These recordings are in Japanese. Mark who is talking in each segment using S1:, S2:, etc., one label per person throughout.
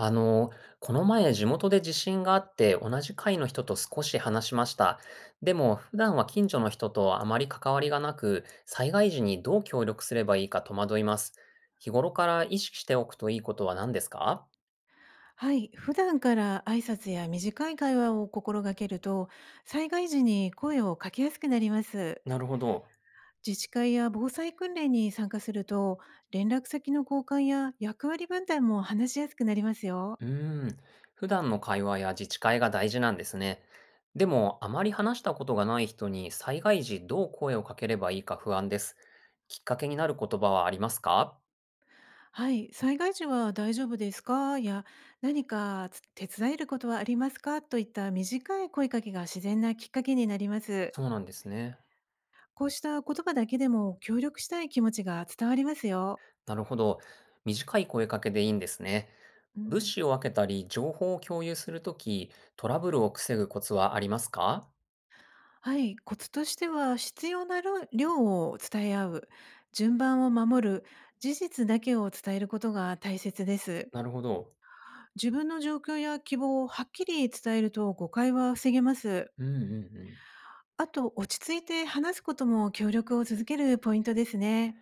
S1: あの、この前地元で地震があって同じ階の人と少し話しました。でも普段は近所の人とあまり関わりがなく、災害時にどう協力すればいいか戸惑います。日頃から意識しておくといいことは何ですか？
S2: はい、普段から挨拶や短い会話を心がけると、災害時に声をかけやすくなります。
S1: なるほど。
S2: 自治会や防災訓練に参加すると、連絡先の交換や役割分担も話しやすくなりますよ。
S1: うーん。普段の会話や自治会が大事なんですね。でもあまり話したことがない人に災害時どう声をかければいいか不安です。きっかけになる言葉はありますか？
S2: はい、災害時は大丈夫ですかや何か手伝えることはありますかといった短い声かけが自然なきっかけになります。
S1: そうなんですね。
S2: こうした言葉だけでも協力したい気持ちが伝わりますよ。
S1: なるほど。短い声かけでいいんですね。
S2: う
S1: 物
S2: ん、
S1: 資を分けたり、情報を共有するとき、トラブルを防ぐコツはありますか？
S2: はい、コツとしては、必要な量を伝え合う、順番を守る、事実だけを伝えることが大切です。
S1: なるほど。
S2: 自分の状況や希望をはっきり伝えると、誤解は防げます。
S1: うんうんうん。
S2: あと、落ち着いて話すことも協力を続けるポイントですね。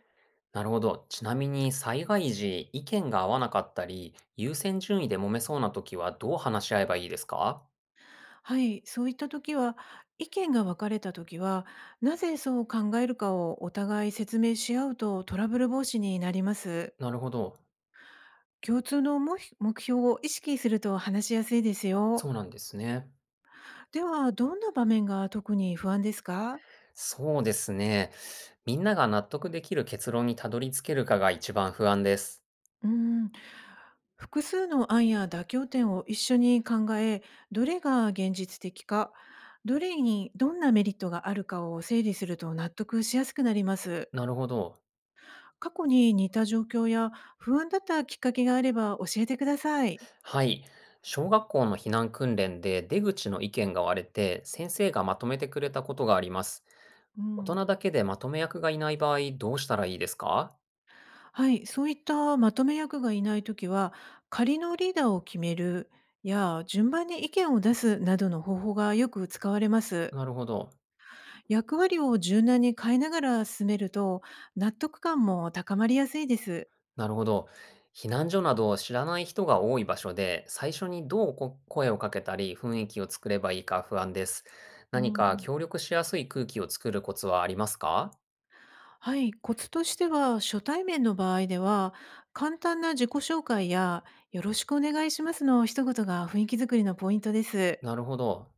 S1: なるほど。ちなみに、災害時、意見が合わなかったり、優先順位で揉めそうなときは、どう話し合えばいいですか？
S2: はい、そういった時は、意見が分かれた時は、なぜそう考えるかをお互い説明し合うと、トラブル防止になります。
S1: なるほど。
S2: 共通の目標を意識すると話しやすいです
S1: そ
S2: よ。
S1: うなんですね。
S2: では、どんな場面が特に不安ですか？
S1: そうですね。みんなが納得できる結論にたどり着けるかが一番不安です。
S2: うーん、複数の案や妥協点を一緒に考え、どれが現実的か、どれにどんなメリットがあるかを整理すると、納得しやすくなります。
S1: なるほど。
S2: 過去に似た状況や不安だったきっかけがあれば教えてください。
S1: はい。小学校の避難訓練で出口の意見が割れて、先生がまとめてくれたことがあります。
S2: う
S1: 大人
S2: ん、
S1: だけでまとめ役がいない場合、どうしたらいいですか？
S2: はい、そういったまとめ役がいないときは、仮のリーダーを決めるや順番に意見を出すなどの方法がよく使われます。
S1: なるほど。
S2: 役割を柔軟に変えながら進めると、納得感も高まりやすいです。
S1: なるほど。避難所など知らない人が多い場所で、最初にどうこ声をかけたり、雰囲気を作ればいいか不安です。
S2: う
S1: 何
S2: ん、
S1: か協力しやすい空気を作るコツはありますか？
S2: はい、コツとしては、初対面の場合では、簡単な自己紹介や「よろしくお願いします」の一言が雰囲気づくりのポイントです。
S1: なるほど。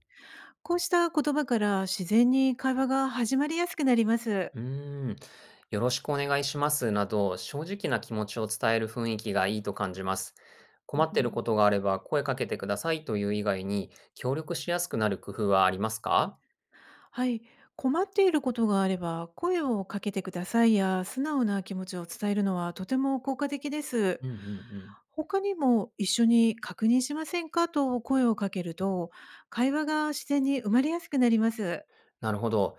S2: こうした言葉から自然に会話が始まりやすくなります。
S1: うーん、よろしくお願いしますなど、正直な気持ちを伝える雰囲気がいいと感じます。困っ
S2: う
S1: ている
S2: ん、
S1: ことがあれば声かけてくださいという以外に、協力しやすくなる工夫はありますか？
S2: はい、困っていることがあれば声をかけてくださいや素直な気持ちを伝えるのはとても効果的です。
S1: うんうんうん。
S2: 他にも一緒に確認しませんかと声をかけると、会話が自然に生まれやすくなります。
S1: なるほど。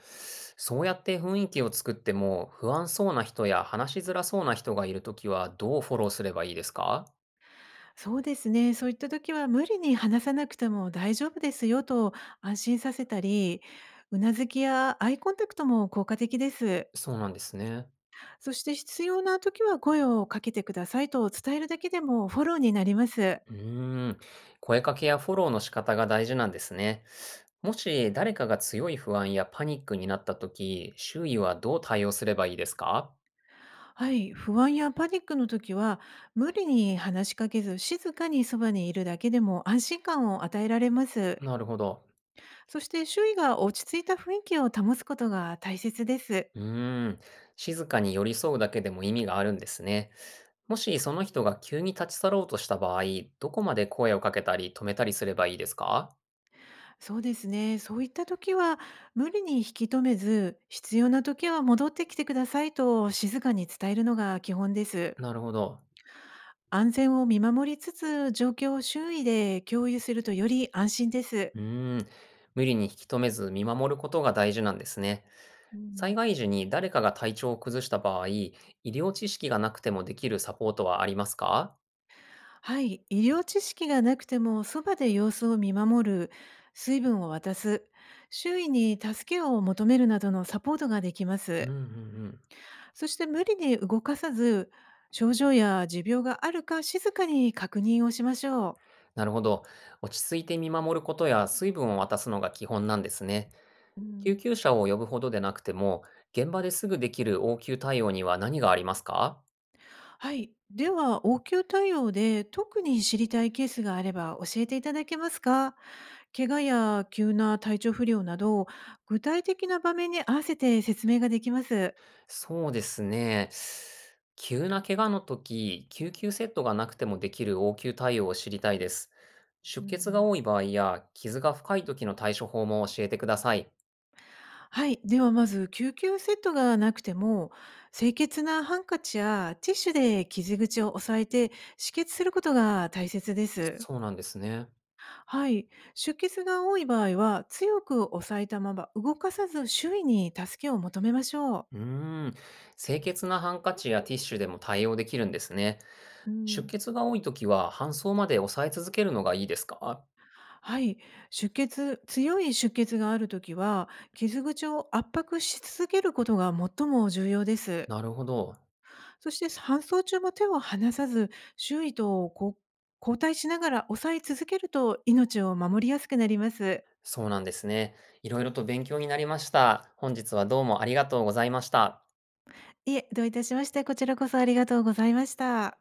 S1: そうやって雰囲気を作っても、不安そうな人や話しづらそうな人がいるときは、どうフォローすればいいですか？
S2: そうですね。そういった時は、無理に話さなくても大丈夫ですよと安心させたり、うなずきやアイコンタクトも効果的です。
S1: そうなんですね。
S2: そして必要な時は声をかけてくださいと伝えるだけでもフォローになります。
S1: うーん、声かけやフォローの仕方が大事なんですね。もし誰かが強い不安やパニックになった時、周囲はどう対応すればいいですか？
S2: はい、不安やパニックの時は、無理に話しかけず静かにそばにいるだけでも安心感を与えられます。
S1: なるほど。
S2: そして周囲が落ち着いた雰囲気を保つことが大切です。
S1: うーん、静かに寄り添うだけでも意味があるんですね。もしその人が急に立ち去ろうとした場合、どこまで声をかけたり止めたりすればいいですか？
S2: そうですね。そういった時は、無理に引き止めず、必要な時は戻ってきてくださいと静かに伝えるのが基本です。
S1: なるほど。
S2: 安全を見守りつつ、状況を周囲で共有するとより安心です。
S1: うーん、無理に引き止めず見守ることが大事なんですね。
S2: う
S1: 災
S2: ん、
S1: 害時に誰かが体調を崩した場合、医療知識がなくてもできるサポートはありますか？
S2: はい、医療知識がなくてもそばで様子を見守る、水分を渡す、周囲に助けを求めるなどのサポートができま
S1: うんうん
S2: す。
S1: うん。
S2: そして無理に動かさず、症状や持病があるか静かに確認をしましょう。
S1: なるほど。落ち着いて見守ることや水分を渡すのが基本なんですね。
S2: う
S1: 救
S2: ん、
S1: 急車を呼ぶほどでなくても、現場ですぐできる応急対応には何がありますか？
S2: はい。では、応急対応で特に知りたいケースがあれば教えていただけますか？怪我や急な体調不良など、具体的な場面に合わせて説明ができます。
S1: そうですね。急な怪我の時、救急セットがなくてもできる応急対応を知りたいです。
S2: う
S1: 出
S2: んう
S1: 血が
S2: ん、
S1: 多い場合や傷が深い時の対処法も教えてください。
S2: はい。では、まず、救急セットがなくても、清潔なハンカチやティッシュで傷口を押さえて止血することが大切です。
S1: そうなんですね。
S2: はい、出血が多い場合は強く押さえたまま動かさず周囲に助けを求めましょう。
S1: うーん。清潔なハンカチやティッシュでも対応できるんですね。
S2: う
S1: 出
S2: ん、
S1: 血が多いときは搬送まで抑え続けるのがいいですか？
S2: はい、強い出血があるときは、傷口を圧迫し続けることが最も重要です。
S1: なるほど。
S2: そして搬送中も手を離さず、周囲と交代しながら押さえ続けると、命を守りやすくなります。
S1: そうなんですね。いろいろと勉強になりました。本日はどうもありがとうございました。
S2: いえ、どういたしまして、こちらこそありがとうございました。